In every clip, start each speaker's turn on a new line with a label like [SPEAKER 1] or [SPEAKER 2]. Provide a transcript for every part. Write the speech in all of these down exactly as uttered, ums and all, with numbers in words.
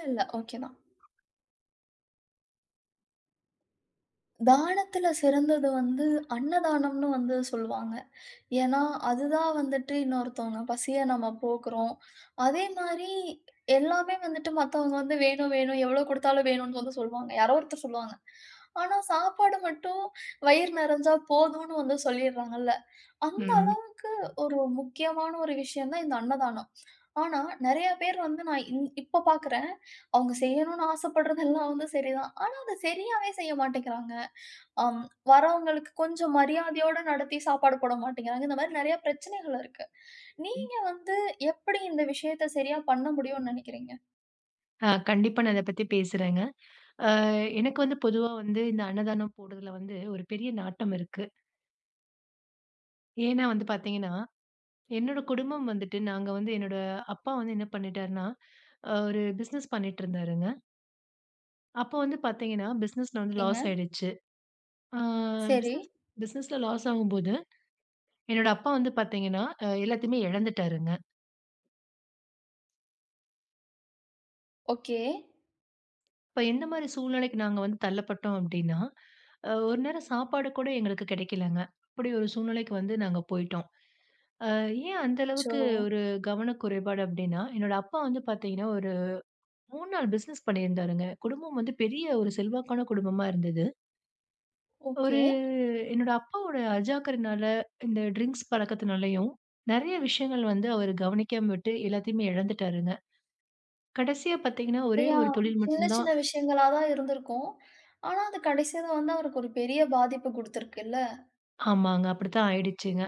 [SPEAKER 1] இல்ல, இல்ல. ஓகே தான். தானத்துல சிறந்தது வந்து அன்னதானம்னு வந்து சொல்லுவாங்க. ஏன்னா, அதுதான் வந்துட்டு இன்னொருத்தவங்க பசிய நம்ம போக்குறோம். அதே மாரி எல்லாமே வந்துட்டு மத்தவங்க வந்து வேணும், வேணும் எவ்வளோ குடுத்தாலும் வேணும்னு வந்து சொல்லுவாங்க. யாரோ ஒருத்தர் சொல்லுவாங்க. ஆனா, சாப்பாடு மட்டும் வயிறு நெறஞ்சா போதும்னு வந்து சொல்லிர்றாங்கல்ல. அந்த
[SPEAKER 2] ம்.
[SPEAKER 1] அளவு ஒரு முக்கியமான ஒரு விஷயம் தான் இந்த அன்னதானம். ஆனா, நெறைய பேர் வந்து நான் இ இப்ப பாக்குறேன். அவங்க செய்யணும்னு ஆசைப்படுறதெல்லாம் வந்து சரிதான். ஆனா, அத சரியாவே செய்ய மாட்டேங்கிறாங்க. அம் வரவங்களுக்கு கொஞ்சம் மரியாதையோட நடத்தி சாப்பாடு போட மாட்டேங்கிறாங்க. இந்த மாரி நெறைய பிரச்சனைகள் இருக்கு. நீங்க வந்து எப்படி இந்த விஷயத்த சரியா பண்ண முடியும்னு நெனைக்கிறீங்க?
[SPEAKER 2] ஆ கண்டிப்பா நான் இத பத்தி பேசுறேங்க. அ எனக்கு வந்து பொதுவா வந்து இந்த அன்னதானம் போடுறதுல வந்து ஒரு பெரிய நாட்டம் இருக்கு. ஏன்னா வந்து பார்த்தீங்கன்னா, என்னோட குடும்பம் வந்துட்டு நாங்க வந்து என்னோட அப்பா வந்து என்ன பண்ணிட்டாருன்னா, அ ஒரு பிசினஸ் பண்ணிட்டு இருந்தாருங்க. அப்போ வந்து பார்த்தீங்கன்னா, பிசினஸ்ல வந்து லாஸ்
[SPEAKER 1] ஏங்க,
[SPEAKER 2] ஆயிடுச்சு. ஆ
[SPEAKER 1] சரி.
[SPEAKER 2] பிசினஸ் பிசினஸ்ல லாஸ் ஆகும்போது, என்னோட அப்பா வந்து பார்த்தீங்கன்னா, அ எல்லாத்தையுமே இழந்துட்டாருங்க.
[SPEAKER 1] ஓகே.
[SPEAKER 2] இப்ப எந்த மாரி சூழ்நிலைக்கு நாங்க வந்து தள்ளப்பட்டோம் அப்டின்னா, அ ஒரு நேரம் சாப்பாடு கூட எங்களுக்கு கிடைக்கலங்க. அப்படி ஒரு சூழ்நிலைக்கு வந்து நாங்க போயிட்டோம். அ ஏன் அந்த
[SPEAKER 1] அச்சோ!
[SPEAKER 2] அளவுக்கு ஒரு கவனக் குறைபாடு அப்டின்னா, என்னோட அப்பா வந்து பாத்தீங்கன்னா, ஒரு மூணு நாள் பிசினஸ் பண்ணியிருந்தாருங்க. குடும்பம் வந்து பெரிய ஒரு செல்வாக்கான குடும்பமா இருந்தது. ஒரு
[SPEAKER 1] ஓகே.
[SPEAKER 2] என்னோட அப்பாவோட அஜாக்கிரனால, இந்த ட்ரிங்க்ஸ் பழக்கத்துனாலயும் நெறைய விஷயங்கள் வந்து அவரு கவனிக்காம விட்டு எல்லாத்தையுமே இழந்துட்டாருங்க. கடைசியா பாத்தீங்கன்னா, ஒரே
[SPEAKER 1] நெறையா
[SPEAKER 2] ஒரு தொழில்
[SPEAKER 1] சின்ன
[SPEAKER 2] மட்டும் தான்
[SPEAKER 1] சின்ன விஷயங்களா தான் இருந்திருக்கும். ஆனா, அது கடைசில வந்து அவருக்கு ஒரு பெரிய பாதிப்பு குடுத்துருக்குல்ல.
[SPEAKER 2] ஆமாங்க. அப்படித்தான் ஆயிடுச்சுங்க.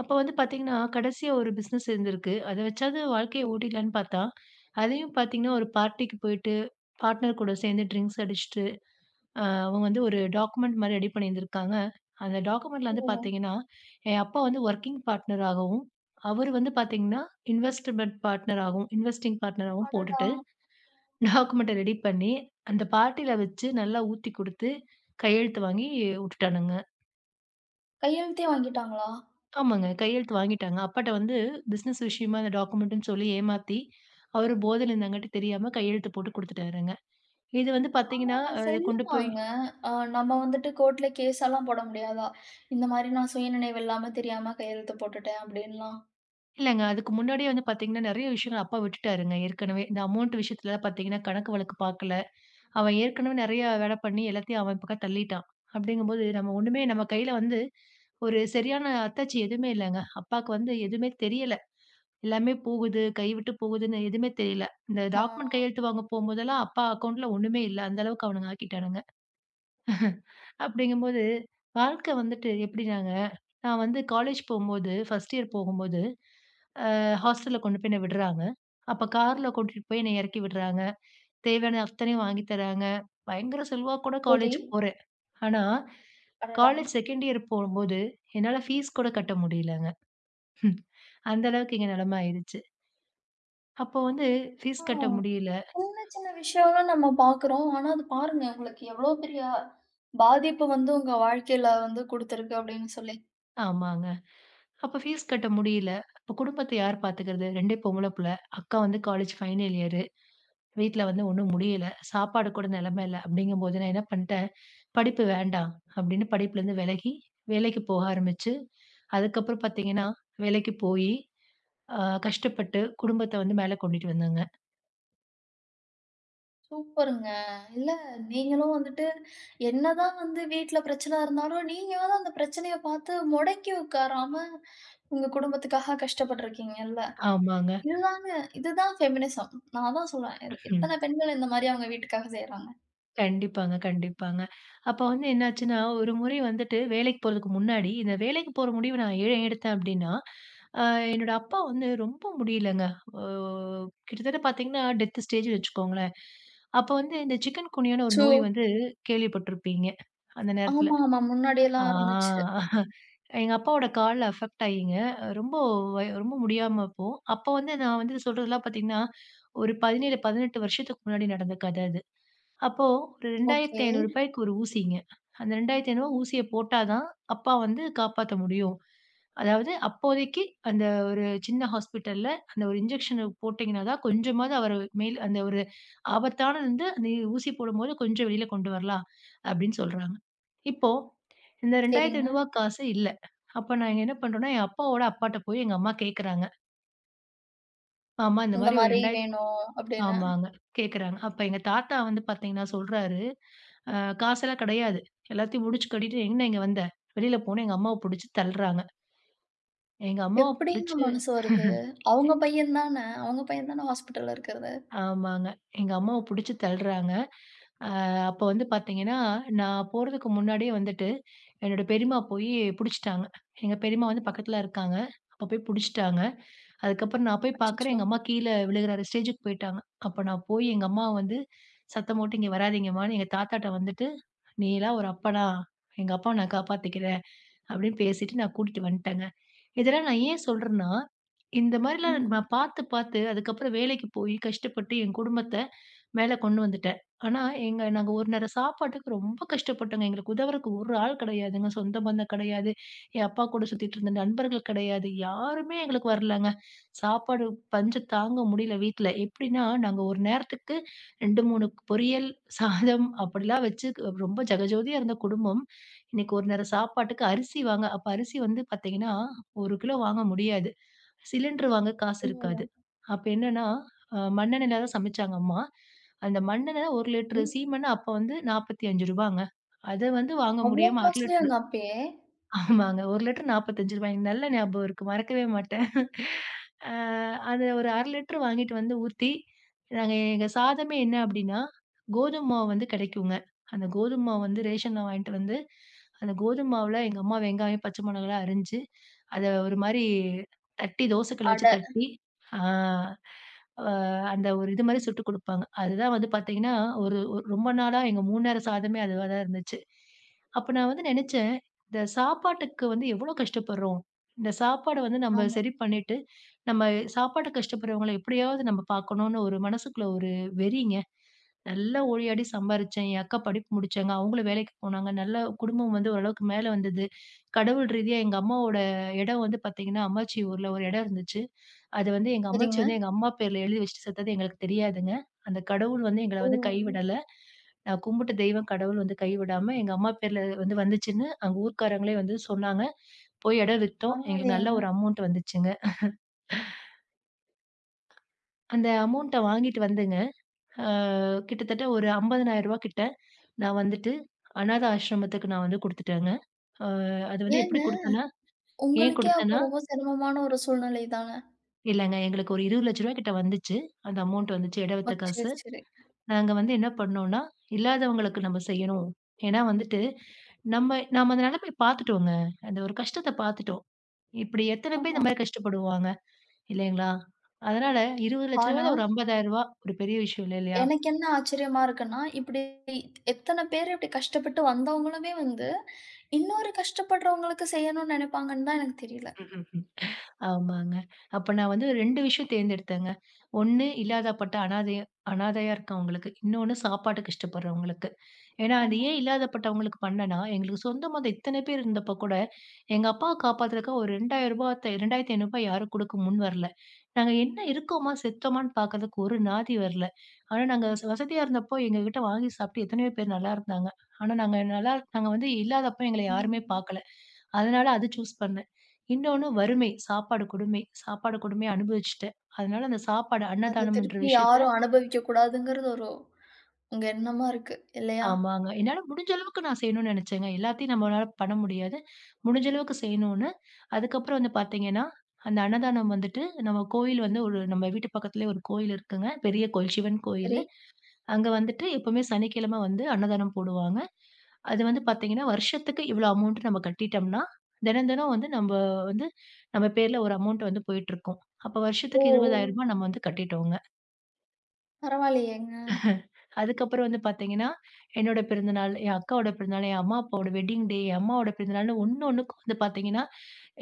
[SPEAKER 2] அப்ப வந்து பார்த்தீங்கன்னா, கடைசியா ஒரு பிசினஸ் இருந்திருக்கு. அத வச்சாவது வாழ்க்கைய ஓட்டிடலான்னு பார்த்தா, அதையும் பார்த்தீங்கன்னா, ஒரு பார்ட்டிக்கு போயிட்டு, பார்ட்னர் கூட சேர்ந்து ட்ரிங்க்ஸ் அடிச்சுட்டு, அ அவங்க வந்து ஒரு டாக்குமெண்ட் மாரி ரெடி பண்ணியிருந்திருக்காங்க. அந்த டாக்குமெண்ட்ல
[SPEAKER 1] ஓ!
[SPEAKER 2] வந்து பார்த்தீங்கன்னா, என் அப்பா வந்து வொர்க்கிங் பார்ட்னர் ஆகவும், அவரு வந்து பார்த்தீங்கன்னா, இன்வெஸ்ட்மென்ட் பார்ட்னர் ஆகவும், இன்வெஸ்டிங் பார்ட்னர் ஆகவும்
[SPEAKER 1] அடடா!
[SPEAKER 2] போட்டுட்டு, டாக்குமெண்ட்ட ரெடி பண்ணி, அந்த பார்ட்டில வச்சு நல்லா ஊத்தி குடுத்து, கையெழுத்து வாங்கி உட்டுட்டானுங்க.
[SPEAKER 1] கையெழுத்தே வாங்கிட்டாங்களா?
[SPEAKER 2] ஆமாங்க. கையெழுத்து வாங்கிட்டாங்க. அப்பாட்ட வந்து பிசினஸ் விஷயமா அந்த டாக்குமெண்ட்ன்னு சொல்லி ஏமாத்தி, அவரு போதையில இருந்தாங்காட்டி தெரியாம கையெழுத்து போட்டு குடுத்துட்டாருங்க. இது வந்து
[SPEAKER 1] ஆனா,
[SPEAKER 2] பார்த்தீங்கன்னா,
[SPEAKER 1] அது
[SPEAKER 2] அ இத கொண்டு போய்
[SPEAKER 1] செல்லுமாங்க. அ நம்ம வந்துட்டு கோர்ட்ல கேஸெல்லாம் போட முடியாதா? இந்த மாரி நான் சுயநினைவு இல்லாம தெரியாம கையெழுத்து போட்டுட்டேன் அப்டின்லாம்.
[SPEAKER 2] இல்லங்க. அதுக்கு முன்னாடியே வந்து பார்த்தீங்கன்னா, நெறைய விஷயங்கள் அப்பா விட்டுட்டாருங்க ஏற்கனவே. இந்த அமௌண்ட் விஷயத்துல பார்த்தீங்கன்னா, கணக்கு வழக்கு பார்க்கல. அவன் ஏற்கனவே நெறைய வேலை பண்ணி எல்லாத்தையும் அவன் பக்கம் தள்ளிட்டான். அப்படிங்கும்போது நம்ம ஒண்ணுமே நம்ம கையில வந்து ஒரு சரியான அத்தாட்சி எதுவுமே இல்லங்க. அப்பாக்கு வந்து எதுவுமே தெரியல. எல்லாமே போகுது, கைவிட்டு போகுதுன்னு எதுவுமே தெரியல. இந்த
[SPEAKER 1] ஆ,
[SPEAKER 2] டாக்குமெண்ட் கையெழுத்து வாங்க போம்போதெல்லாம் அப்பா அக்கவுண்ட்ல ஒண்ணுமே இல்ல. அந்த அளவுக்கு அவனுங்க ஆக்கிட்டானுங்க. அப்படிங்கும்போது வாழ்க்கை வந்துட்டு எப்படினாங்க, நான் வந்து காலேஜ் போம்போது, ஃபர்ஸ்ட் இயர் போகும்போது, அ ஹாஸ்டல்ல கொண்டு போய் என்ன விடுறாங்க. அப்ப கார்ல கூட்டிட்டு போய் என்ன இறக்கி விடுறாங்க. தேவையான அத்தனையும் வாங்கி தராங்க. பயங்கர செல்வாக்கோட
[SPEAKER 1] சரி.
[SPEAKER 2] காலேஜ் போறேன். ஆனா,
[SPEAKER 1] அடடா!
[SPEAKER 2] காலேஜ் செகண்ட் இயர் போகும்போது என்னால ஃபீஸ் கூட கட்ட முடியலங்க. அந்த அளவுக்கு இங்க நிலைமை ஆயிருச்சு. அப்போ வந்து
[SPEAKER 1] ஆ,
[SPEAKER 2] ஃபீஸ் கட்ட முடியல.
[SPEAKER 1] சின்ன சின்ன விஷயம்லாம் நம்ம பார்க்குறோம். ஆனா, அது பாருங்க உங்களுக்கு எவ்ளோ பெரிய பாதிப்பு வந்து உங்க வாழ்க்கையில வந்து குடுத்துருக்கு அப்படின்னு சொல்லி.
[SPEAKER 2] ஆமாங்க. அப்ப ஃபீஸ் கட்ட முடியல. அப்ப குடும்பத்த யார் பாத்துக்கிறது? ரெண்டு பொம்பள புள்ள. அக்கா வந்து காலேஜ் ஃபைனல் இயரு. வீட்ல வந்து ஒண்ணும் முடியல. சாப்பாடு கூட நெலைம இல்ல. அப்படிங்கும்போது நான் என்ன பண்ட்டேன், படிப்பு வேண்டாம் அப்படின்னு படிப்புலருந்து விலகி, வேலைக்கு போக ஆரம்பிச்சு, அதுக்கப்புறம் பாத்தீங்கன்னா, வேலைக்கு போயி, அ கஷ்டப்பட்டு குடும்பத்த வந்து மேல கொண்டுட்டு வந்தேங்க.
[SPEAKER 1] சூப்பருங்க. இல்ல நீங்களும் வந்துட்டு என்னதான் வந்து வீட்ல பிரச்சனை இருந்தாலும், நீங்களாவது அந்த பிரச்சனைய பார்த்து முடக்கி உட்காராம, உங்க குடும்பத்துக்காக கஷ்டப்பட்டுருக்கீங்கல்ல.
[SPEAKER 2] ஆமாங்க.
[SPEAKER 1] இதுதாங்க இதுதான் ஃபெமினிசம். நான் அதான் சொல்றேன். எத் எத்தன பெண்கள் இந்த மாரி அவங்க வீட்டுக்காக செய்றாங்க.
[SPEAKER 2] கண்டிப்பாங்க, கண்டிப்பாங்க. அப்ப வந்து என்னாச்சுன்னா, ஒரு முறை வந்துட்டு வேலைக்கு போறதுக்கு முன்னாடி, இந்த வேலைக்கு போற முடிவு நான் ஏன் எடுத்தேன் அப்டின்னா, அ என்னோட அப்பா வந்து ரொம்ப முடியலங்க. அ கிட்டத்தட்ட பார்த்தீங்கன்னா, டெத் ஸ்டேஜ்ன்னு வச்சுக்கோங்களேன். அப்ப வந்து இந்த சிக்கன் குனியான்னு ஒரு
[SPEAKER 1] அச்சோ!
[SPEAKER 2] நோய் வந்து கேள்விப்பட்டிருப்பீங்க, அந்த நேரத்துல.
[SPEAKER 1] ஆமா, ஆமா.
[SPEAKER 2] ஆ
[SPEAKER 1] முன்னாடியெல்லாம் இருந்துச்சு.
[SPEAKER 2] எங்க அப்பாவோட கால்ல அஃபெக்ட் ஆயிங்க. ரொம்ப வ ரொம்ப முடியாம அப்போ. அப்ப வந்து நான் வந்து சொல்றதெல்லாம் பார்த்தீங்கன்னா, ஒரு பதினேழு, பதினெட்டு வருஷத்துக்கு முன்னாடி நடந்த கத அது. அப்போ ஒரு ரூ.
[SPEAKER 1] ஓகே.
[SPEAKER 2] 2500க்கு ஒரு ஊசிங்க. அந்த ரூ. இரண்டாயிரத்தி ஐநூறுக்கு ஊசிய போட்டா தான், அப்பா வந்து காப்பாத்த முடியும். அதாவது அப்போதைக்கு அந்த ஒரு சின்ன ஹாஸ்பிட்டல்ல அந்த ஒரு இன்ஜெக்ஷன் போட்டீங்கன்னா தான், கொஞ்சமாவது அவர மேல் அந்த ஒரு ஆபத்தான வந்து அந்த ஊசி போடும்போது கொஞ்சம் வெளில கொண்டு வரலாம், அப்படின்னு சொல்றாங்க. இப்போ இந்த ரூ.
[SPEAKER 1] சரிங்க.
[SPEAKER 2] இரண்டாயிரத்தி ஐநூறு காசு இல்ல. அப்ப நாங்க என்ன பண்றோம்னா, என் அப்பாவோட அப்பாட்ட போய் எங்க அம்மா கேட்கறாங்க. "மாமா இந்த
[SPEAKER 1] இந்த
[SPEAKER 2] மாரி ஒரு
[SPEAKER 1] மாரி வேணும் அப்படின்னு.
[SPEAKER 2] ஆமாங்க. கேட்குறாங்க. அப்ப எங்க தாத்தா வந்து பார்த்தீங்கன்னா சொல்றாரு, அ காசெல்லாம் கிடையாது. எல்லாத்தையும் முடிச்சு கட்டிட்டு, "எங்கன இங்க வந்த?" வெளியில போனா எங்க அம்மாவ புடிச்சு தள்ளுறாங்க. எங்க அம்மாவ
[SPEAKER 1] எப்படிங்க
[SPEAKER 2] புடிச்சு
[SPEAKER 1] மனசு வருது? அவங்க பையன் தான. அவங்க பையன் தான ஹாஸ்பிட்டல்ல இருக்கிறது.
[SPEAKER 2] ஆமாங்க. எங்க அம்மாவ புடிச்சு தள்ளுறாங்க. அ அப்ப வந்து பார்த்தீங்கன்னா, நான் போறதுக்கு முன்னாடியே வந்துட்டு, என்னோட பெரியம்மா போயி புடிச்சுட்டாங்க. எங்க பெரியம்மா வந்து பக்கத்துல இருக்காங்க. அப்ப போய் புடிச்சுட்டாங்க. அதுக்கப்புறம் நான் போய் பார்க்குறேன்,
[SPEAKER 1] அச்சச்சோ!
[SPEAKER 2] எங்க அம்மா கீழ விழுகுற ஸ்டேஜுக்கு போயிட்டாங்க. அப்ப நான் போய் எங்க அம்மாவ வந்து சத்தம் போட்டு, "இங்க வராதீங்கம்மான்னு" எங்க தாத்தாட்ட வந்துட்டு, "நீலாம் ஒரு அப்பனா, எங்க அப்பாவ நான் காப்பாத்திக்கிறேன்" அப்படின்னு பேசிட்டு நான் கூட்டிட்டு வந்துட்டேங்க. இதெல்லாம் நான் ஏன் சொல்றேன்னா, இந்த மாரிலாம் நான்
[SPEAKER 1] ம்.
[SPEAKER 2] பார்த்து, பார்த்து அதுக்கப்புறம் வேலைக்கு போயி, கஷ்டப்பட்டு என் குடும்பத்த மேல கொண்டு வந்துட்டேன். ஆனா, எங்க நாங்க ஒரு நேரம் சாப்பாட்டுக்கு ரொம்ப கஷ்டப்பட்டோங்க. எங்களுக்கு உதவுறக்கு ஒரு ஆள் கிடையாதுங்க. சொந்த பந்தம் கிடையாது. என் அப்பா கூட சுத்திட்டு இருந்த நண்பர்கள் கிடையாது. யாருமே எங்களுக்கு வரலங்க. சாப்பாடு பஞ்சம் தாங்க முடியல வீட்ல. எப்படின்னா, நாங்க ஒரு நேரத்துக்கு ரெண்டு, மூணு பொரியல், சாதம் அப்படிலாம் வச்சு ரொம்ப ஜகஜோதியா இருந்த குடும்பம். இன்னைக்கு ஒரு நேரம் சாப்பாட்டுக்கு அரிசி வாங்க அப்ப அரிசி வந்து பார்த்தீங்கன்னா, ஒரு கிலோ வாங்க முடியாது. சிலிண்டர் வாங்க காசு
[SPEAKER 1] ஓ!
[SPEAKER 2] இருக்காது. அப்ப என்னன்னா, அ மண்ணெண்ணெயில தான் சமைச்சாங்க அம்மா. அந்த மண்ணெண்ண ஒரு லிட்டர்
[SPEAKER 1] ஏய்,
[SPEAKER 2] சீமெண்ண அப்ப வந்து ரூ. 45ங்க. அத வந்து வாங்க
[SPEAKER 1] அவ்ளோ
[SPEAKER 2] முடியாம அரை லிட்டர்
[SPEAKER 1] காஸ்ட்லியாங்க அப்பயே?
[SPEAKER 2] ஆமாங்க. ஒரு லிட்டர் ரூ. நாற்பத்தி ஐந்து நல்ல ஞாபகம் இருக்கு. மறக்கவே மாட்டேன். அ அது ஒரு அரை லிட்டர் வாங்கிட்டு வந்து ஊத்தி, நாங்க எங்க சாதமே என்ன அப்டின்னா, கோதும மாவு வந்து கெடைக்குங்க. அந்த கோதும மாவு வந்து ரேஷன்ல வாங்கிட்டு வந்து, அந்த கோதும மாவுல எங்க அம்மா வெங்காயம், பச்சை மொளகாலாம் அரிஞ்சு, அத ஒரு மாரி தட்டி தோசை கல்ல வச்சு
[SPEAKER 1] அட!
[SPEAKER 2] தட்டி, ஆ அ அந்த ஒரு இது மாரி சுட்டு குடுப்பாங்க. அதுதான் வந்து பாத்தீங்கன்னா, ஒரு ஒரு ரொம்ப நாளா எங்க மூணு நேர சாதமே அதுவா தான் இருந்துச்சு. அப்ப நான் வந்து நெனச்சேன் இந்த சாப்பாட்டுக்கு வந்து எவ்வளோ கஷ்டப்படுறோம். இந்த சாப்பாட வந்து நம்ம
[SPEAKER 1] ஆமா.
[SPEAKER 2] சரி பண்ணிட்டு, நம்ம சாப்பாட்டுக்கு கஷ்டப்படுறவங்கள எப்படியாவது நம்ம பார்க்கணும்னு ஒரு மனசுக்குள்ள ஒரு வெறிங்க. நல்லா ஓடியாடி சம்பாரிச்சேன். என் அக்கா படிப்பு முடிச்சாங்க. அவங்களும் வேலைக்கு போனாங்க. நல்லா குடும்பம் வந்து ஓரளவுக்கு மேல வந்தது. கடவுள் ரீதியா எங்க அம்மாவோட இடம் வந்து பார்த்தீங்கன்னா, அம்மாச்சி ஊர்ல ஒரு இடம் இருந்துச்சு. அது வந்து எங்க அம்மாச்சி
[SPEAKER 1] சரிங்க.
[SPEAKER 2] வந்து எங்க அம்மா பேர்ல எழுதி வச்சுட்டு செத்தது எங்களுக்கு தெரியாதுங்க. அந்த கடவுள் வந்து எங்கள
[SPEAKER 1] ஓ!
[SPEAKER 2] வந்து கைவிடல. நான் கும்பிட்ட தெய்வம் கடவுள் வந்து கைவிடாம எங்க அம்மா பேர்ல வந்து வந்துச்சுன்னு அங்க ஊர்க்காரங்களே வந்து சொன்னாங்க. போய் இடம் வித்தோம். எங்களுக்கு நல்ல
[SPEAKER 1] பரவாயில்லையேங்க.
[SPEAKER 2] ஒரு அமௌண்ட் வந்துச்சுங்க. அந்த அமௌண்ட்ட வாங்கிட்டு வந்துங்க, ஆ கிட்டத்தட்ட ஒரு ரூ. ஐம்பதாயிரம் கிட்ட நான் வந்துட்டு அநாத ஆசிரமத்துக்கு நான் வந்து குடுத்துட்டேங்க. ஆ அது வந்து எப்படி
[SPEAKER 1] ஏங்க?
[SPEAKER 2] குடுத்தேன்னா ஏன்
[SPEAKER 1] உங்களுக்கே அப்போ
[SPEAKER 2] குடுத்தேன்னா
[SPEAKER 1] ரொம்ப சிரமமான ஒரு சூழ்நிலை தான.
[SPEAKER 2] இல்லங்க எங்களுக்கு ஒரு ரூ. இருபது,லட்சம் கிட்ட வந்துச்சு. அந்த அமௌண்ட் வந்துச்சு இட
[SPEAKER 1] ஓ!
[SPEAKER 2] வித்த
[SPEAKER 1] சரி,
[SPEAKER 2] காசு.
[SPEAKER 1] சரி.
[SPEAKER 2] நாங்க வந்து என்ன பண்ணோம்னா, இல்லாதவங்களுக்கு நம்ம செய்யணும். ஏன்னா வந்துட்டு, நம்ம நம்ம அந்த நிலைமைய பார்த்துட்டோங்க. அந்த ஒரு கஷ்டத்த பார்த்துட்டோம். இப்படி எத்தன பேர்
[SPEAKER 1] ஆமா.
[SPEAKER 2] இந்த மாரி கஷ்டப்படுவாங்க, இல்லைங்களா? அதனால ரூ.
[SPEAKER 1] ஆனா
[SPEAKER 2] இருபது,00,000ல ஒரு ரூ. ஐம்பதாயிரம் ஒரு பெரிய விஷயம் இல்ல, இல்லையா?
[SPEAKER 1] எனக்கு என்ன ஆச்சரியமா இருக்குன்னா, இப்படி எத்தன பேரு இப்படி கஷ்டப்பட்டு வந்தவங்களுமே வந்து, இன்னொரு கஷ்டப்படுறவங்களுக்கு செய்யணும்னு நெனைப்பாங்கன்னு தான் எனக்கு தெரியல.
[SPEAKER 2] ஆமாங்க. அப்ப நான் வந்து ரெண்டு விஷயம் தேர்ந்தெடுத்தேங்க. ஒண்ணு இல்லாதப்பட்ட அனாதை அனாதையா இருக்கவங்களுக்கு. இன்னொன்னு சாப்பாடு கஷ்டப்படுறவங்களுக்கு. ஏன்னா, அது
[SPEAKER 1] ஆமா.
[SPEAKER 2] ஏன் இல்லாதப்பட்டவங்களுக்கு பண்ணேன்னா, எங்களுக்கு சொந்தமா அந்த இத்தன பேர் இருந்தப்ப கூட, எங்க அப்பாவ காப்பாத்துறதுக்காக ஒரு ரூ. இரண்டாயிரத்த த்த ரூ. இரண்டாயிரத்தி ஐநூறு யாரும் குடுக்க முன் வரல. நாங்க என்ன இருக்கோமா, செத்தோமான்னு பாக்கறதுக்கு ஒரு நாதி வரல. ஆனா, நாங்க ச- வசதியா இருந்தப்போ எங்ககிட்ட வாங்கி சாப்பிட்டு எத்தனையோ பேர் நல்லா இருந்தாங்க. ஆனா, நாங்க நல்லா நாங்க வந்து இல்லாதப்ப எங்கள யாருமே
[SPEAKER 1] ம்.
[SPEAKER 2] பாக்கல. அதனால அது சூஸ் பண்ணேன். இன்னொன்னு வறுமை, சாப்பாடு கொடுமை. சாப்பாடு கொடுமைய அனுபவிச்சுட்டேன். அதனால அந்த சாப்பாடு
[SPEAKER 1] அத
[SPEAKER 2] அன்னதானம்ன்ற
[SPEAKER 1] திருப்பி
[SPEAKER 2] விஷயத்த
[SPEAKER 1] யாரும் அனுபவிக்க கூடாதுங்கிறது ஒரு உங்க எண்ணமா இருக்கு. இல்லையா?
[SPEAKER 2] ஆமாங்க. என்னால முடிஞ்ச அளவுக்கு நான் செய்யணும்னு நெனச்சேங்க. எல்லாத்தையும் நம்மளால பண்ண முடியாது. முடிஞ்ச அளவுக்கு செய்யணும்னு, அதுக்கப்புறம் வந்து பார்த்தீங்கன்னா, அந்த அன்னதானம் வந்துட்டு நம்ம கோயில் வந்து ஒரு நம்ம வீட்டு பக்கத்துலயே ஒரு கோயில் இருக்குங்க. பெரிய கோயில், சிவன்
[SPEAKER 1] சரி.
[SPEAKER 2] கோயிலு. அங்க வந்துட்டு எப்பவுமே சனிக்கிழமை வந்து அன்னதானம் போடுவாங்க. அது வந்து பார்த்தீங்கன்னா, வருஷத்துக்கு இவ்ளோ அமௌண்ட் நம்ம கட்டிட்டோம்னா, தினம் தினம் வந்து நம்ம வந்து நம்ம பேர்ல ஒரு அமௌண்ட் வந்து போயிட்டுருக்கும். அப்ப
[SPEAKER 1] ஓ!
[SPEAKER 2] வருஷத்துக்கு ரூ. இருபதாயிரம் நம்ம வந்து கட்டிட்டோங்க.
[SPEAKER 1] பரவாயில்லையேங்க.
[SPEAKER 2] அதுக்கப்புறம் வந்து பார்த்தீங்கன்னா, என்னோட பிறந்தநாள், என் அக்காவோட பிறந்தநாள், என் அம்மா, அப்பாவோட வெட்டிங் டே, என் அம்மாவோட பிறந்தநாள்னு ஒண்ணு ஒண்ணுக்கும் வந்து பார்த்தீங்கன்னா,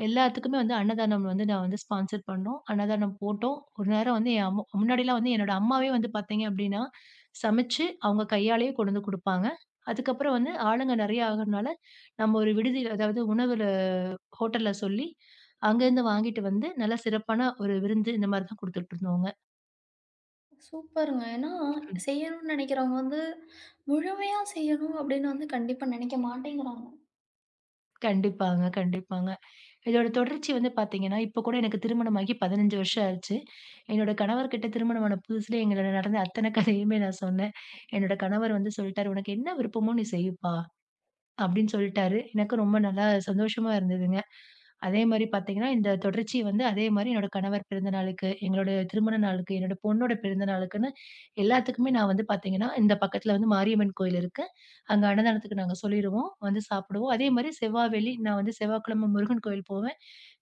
[SPEAKER 2] எல்லாத்துக்குமே வந்து அன்னதானம் வந்து நான் வந்து ஸ்பான்சர் பண்ணோம். அன்னதானம் போட்டோம். ஒரு நேரம் வந்து என் அம்மா முன்னாடிலாம் வந்து என்னோட அம்மாவே வந்து பார்த்தீங்க அப்படின்னா, சமைச்சு அவங்க கையாலேயே கொண்டு வந்து குடுப்பாங்க. அதுக்கப்புறம் வந்து ஆளுங்க நெறையா ஆகுறனால, நம்ம ஒரு விடுதியில அதாவது உணவுல ஹோட்டல்ல சொல்லி, அங்கருந்து வாங்கிட்டு வந்து நல்லா சிறப்பான ஒரு விருந்து இந்த மாரி தான் குடுத்துட்டுருந்தோங்க.
[SPEAKER 1] சூப்பருங்க. ஏன்னா செய்யணும்னு நெனைக்கிறவங்க வந்து, முழுமையா செய்யணும் அப்படின்னு வந்து கண்டிப்பா நெனைக்க மாட்டேங்கிறாங்க.
[SPEAKER 2] கண்டிப்பாங்க, கண்டிப்பாங்க. இதோட தொடர்ச்சி வந்து பார்த்தீங்கன்னா, இப்ப கூட எனக்கு திருமணமாகி பதினைந்து வருஷம் ஆச்சு. என்னோட கணவர்கிட்ட திருமணமான புதுசுல எங்களோட நடந்த அத்தன கதையுமே நான் சொன்னேன். என்னோட கணவர் வந்து சொல்ட்டாரு, "உனக்கு என்ன விருப்பமோ நீ செய்ப்பா" அப்படின்னு சொல்ட்டாரு. எனக்கும் ரொம்ப நல்லா சந்தோஷமா இருந்ததுங்க. அதே மாரி பார்த்தீங்கன்னா, இந்த தொடர்ச்சி வந்து அதே மாரி என்னோட கணவர் பிறந்த நாளுக்கு, எங்களோட திருமண நாளுக்கு, என்னோட பொண்ணோட பிறந்த நாளுக்குன்னு எல்லாத்துக்குமே நான் வந்து பார்த்தீங்கன்னா, இந்த பக்கத்துல வந்து மாரியம்மன் கோயில் இருக்கு. அங்க அன்னதானத்துக்கு நாங்க சொல்லிருவோம். வந்து சாப்பிடுவோம். அதே மாரி செவ்வா, வெள்ளி நான் வந்து செவ்வாய்க்கிழமை முருகன் கோயில் போவேன்.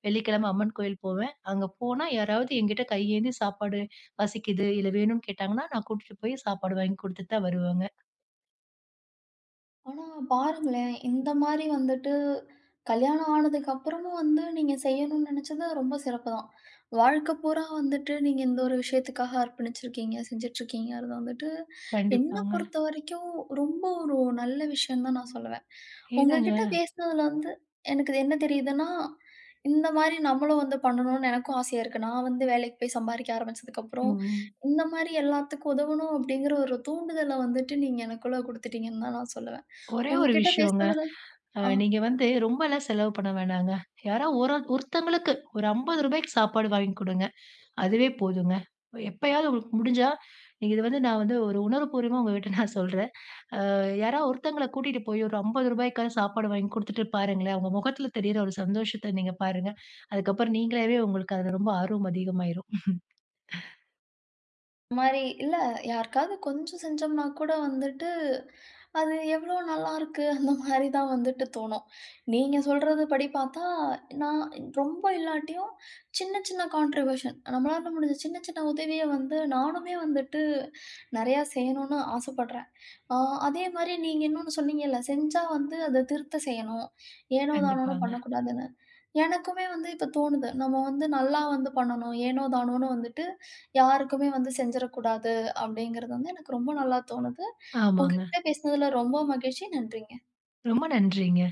[SPEAKER 2] வெள்ளிக்கிழமை அம்மன் கோயில் போவேன். அங்க போனா யாராவது என்கிட்ட கையேந்தி சாப்பாடு பசிக்குது, இல்ல வேணும்னு கேட்டாங்கன்னா, நான் கூட்டிட்டு போய் சாப்பாடு வாங்கி குடுத்துட்டு தான் வருவேங்க.
[SPEAKER 1] ஆனா பாருங்களேன், இந்த மாரி வந்துட்டு கல்யாணம் ஆனதுக்கு அப்புறமும் வந்து நீங்க செய்யணும்னு நெனச்சது ரொம்ப சிறப்பு தான். வாழ்க்கை பூரா வந்துட்டு நீங்க இந்த ஒரு விஷயத்துக்காக அர்ப்பணிச்சிருக்கீங்க, செஞ்சுட்ருக்கீங்கறது வந்துட்டு என்ன
[SPEAKER 2] கண்டிப்பாங்க.
[SPEAKER 1] பொறுத்தவரைக்கும் ரொம்ப ஒரு நல்ல விஷயம் தான் நான் சொல்லுவேன்.
[SPEAKER 2] ஏன்னாங்க
[SPEAKER 1] உங்ககிட்ட பேசினதுல வந்து எனக்கு இது என்ன தெரியுதுன்னா, இந்த மாரி நம்மளும் வந்து பண்ணணும்னு எனக்கும் ஆசையா இருக்கு. நான் வந்து வேலைக்கு போய் சம்பாரிக்க ஆரம்பிச்சதுக்கப்புறம்,
[SPEAKER 2] ம்.
[SPEAKER 1] இந்த மாரி எல்லாத்துக்கும் உதவணும் அப்படிங்கிற ஒரு தூண்டுதல வந்துட்டு நீங்க எனக்குள்ள குடுத்துட்டீங்கன்னு தான் நான் சொல்லுவேன்.
[SPEAKER 2] ஒரே
[SPEAKER 1] உங்க
[SPEAKER 2] ஒரு
[SPEAKER 1] கிட்ட
[SPEAKER 2] விஷயங்க.
[SPEAKER 1] பேசுனதுல
[SPEAKER 2] அ
[SPEAKER 1] ஆ.
[SPEAKER 2] நீங்க வந்து ரொம்பலாம் செலவு பண்ண வேணாங்க. யாரா ஒரு ஒருத்தங்களுக்கு ஒரு ரூ. 50க்கு சாப்பாடு வாங்கி குடுங்க. அதுவே போதுங்க. எப்பயாவது உங்களுக்கு முடிஞ்சா, நீங்க இது வந்து நான் வந்து ஒரு உணர்வுபூர்வமா உங்ககிட்ட நான் சொல்றேன். அ யாரா ஒருத்தங்கள கூட்டிட்டு போய் ஒரு ரூ. 50க்காவது சாப்பாடு வாங்கி குடுத்துட்டு பாருங்களேன். அவங்க முகத்துல தெரியிற ஒரு சந்தோஷத்த நீங்க பாருங்க. அதுக்கப்புறம் நீங்களாவே உங்களுக்கு அதுல ரொம்ப ஆர்வம் அதிகமாயிரும்.
[SPEAKER 1] அந்த மாரி இல்ல யாருக்காவது கொஞ்சம் செஞ்சோம்னா கூட வந்துட்டு, அது எவ்ளோ நல்லாருக்கு அந்த மாரி தான் வந்துட்டு தோணும். நீங்க சொல்றது படி பார்த்தா, நான் ரொம்ப இல்லாட்டியும் சின்ன சின்ன கான்ட்ரிபியூஷன் நம்மளால முடிஞ்ச சின்ன சின்ன உதவிய வந்து நானுமே வந்துட்டு நெறையா செய்யணும்னு ஆசைப்படுறேன். ஆ, அதே மாரி நீங்க இன்னொன்னு சொன்னீங்கல்ல, செஞ்சா வந்து அத திருத்த செய்யணும். ஏனோ தானோன்னு
[SPEAKER 2] கண்டிப்பாங்க.
[SPEAKER 1] பண்ணக்கூடாதுன்னு. எனக்குமே வந்து இப்ப தோணுது. நம்ம வந்து நல்லா வந்து பண்ணணும். ஏனோ தானோன்னு வந்துட்டு யாருக்குமே வந்து செஞ்சிறக்கூடாது அப்படிங்கிறது வந்து எனக்கு ரொம்ப நல்லா தோணுது.
[SPEAKER 2] ஆமாங்க.
[SPEAKER 1] உங்ககிட்ட பேசினதுல ரொம்ப மகிழ்ச்சி. நன்றிங்க.
[SPEAKER 2] ரொம்ப நன்றிங்க.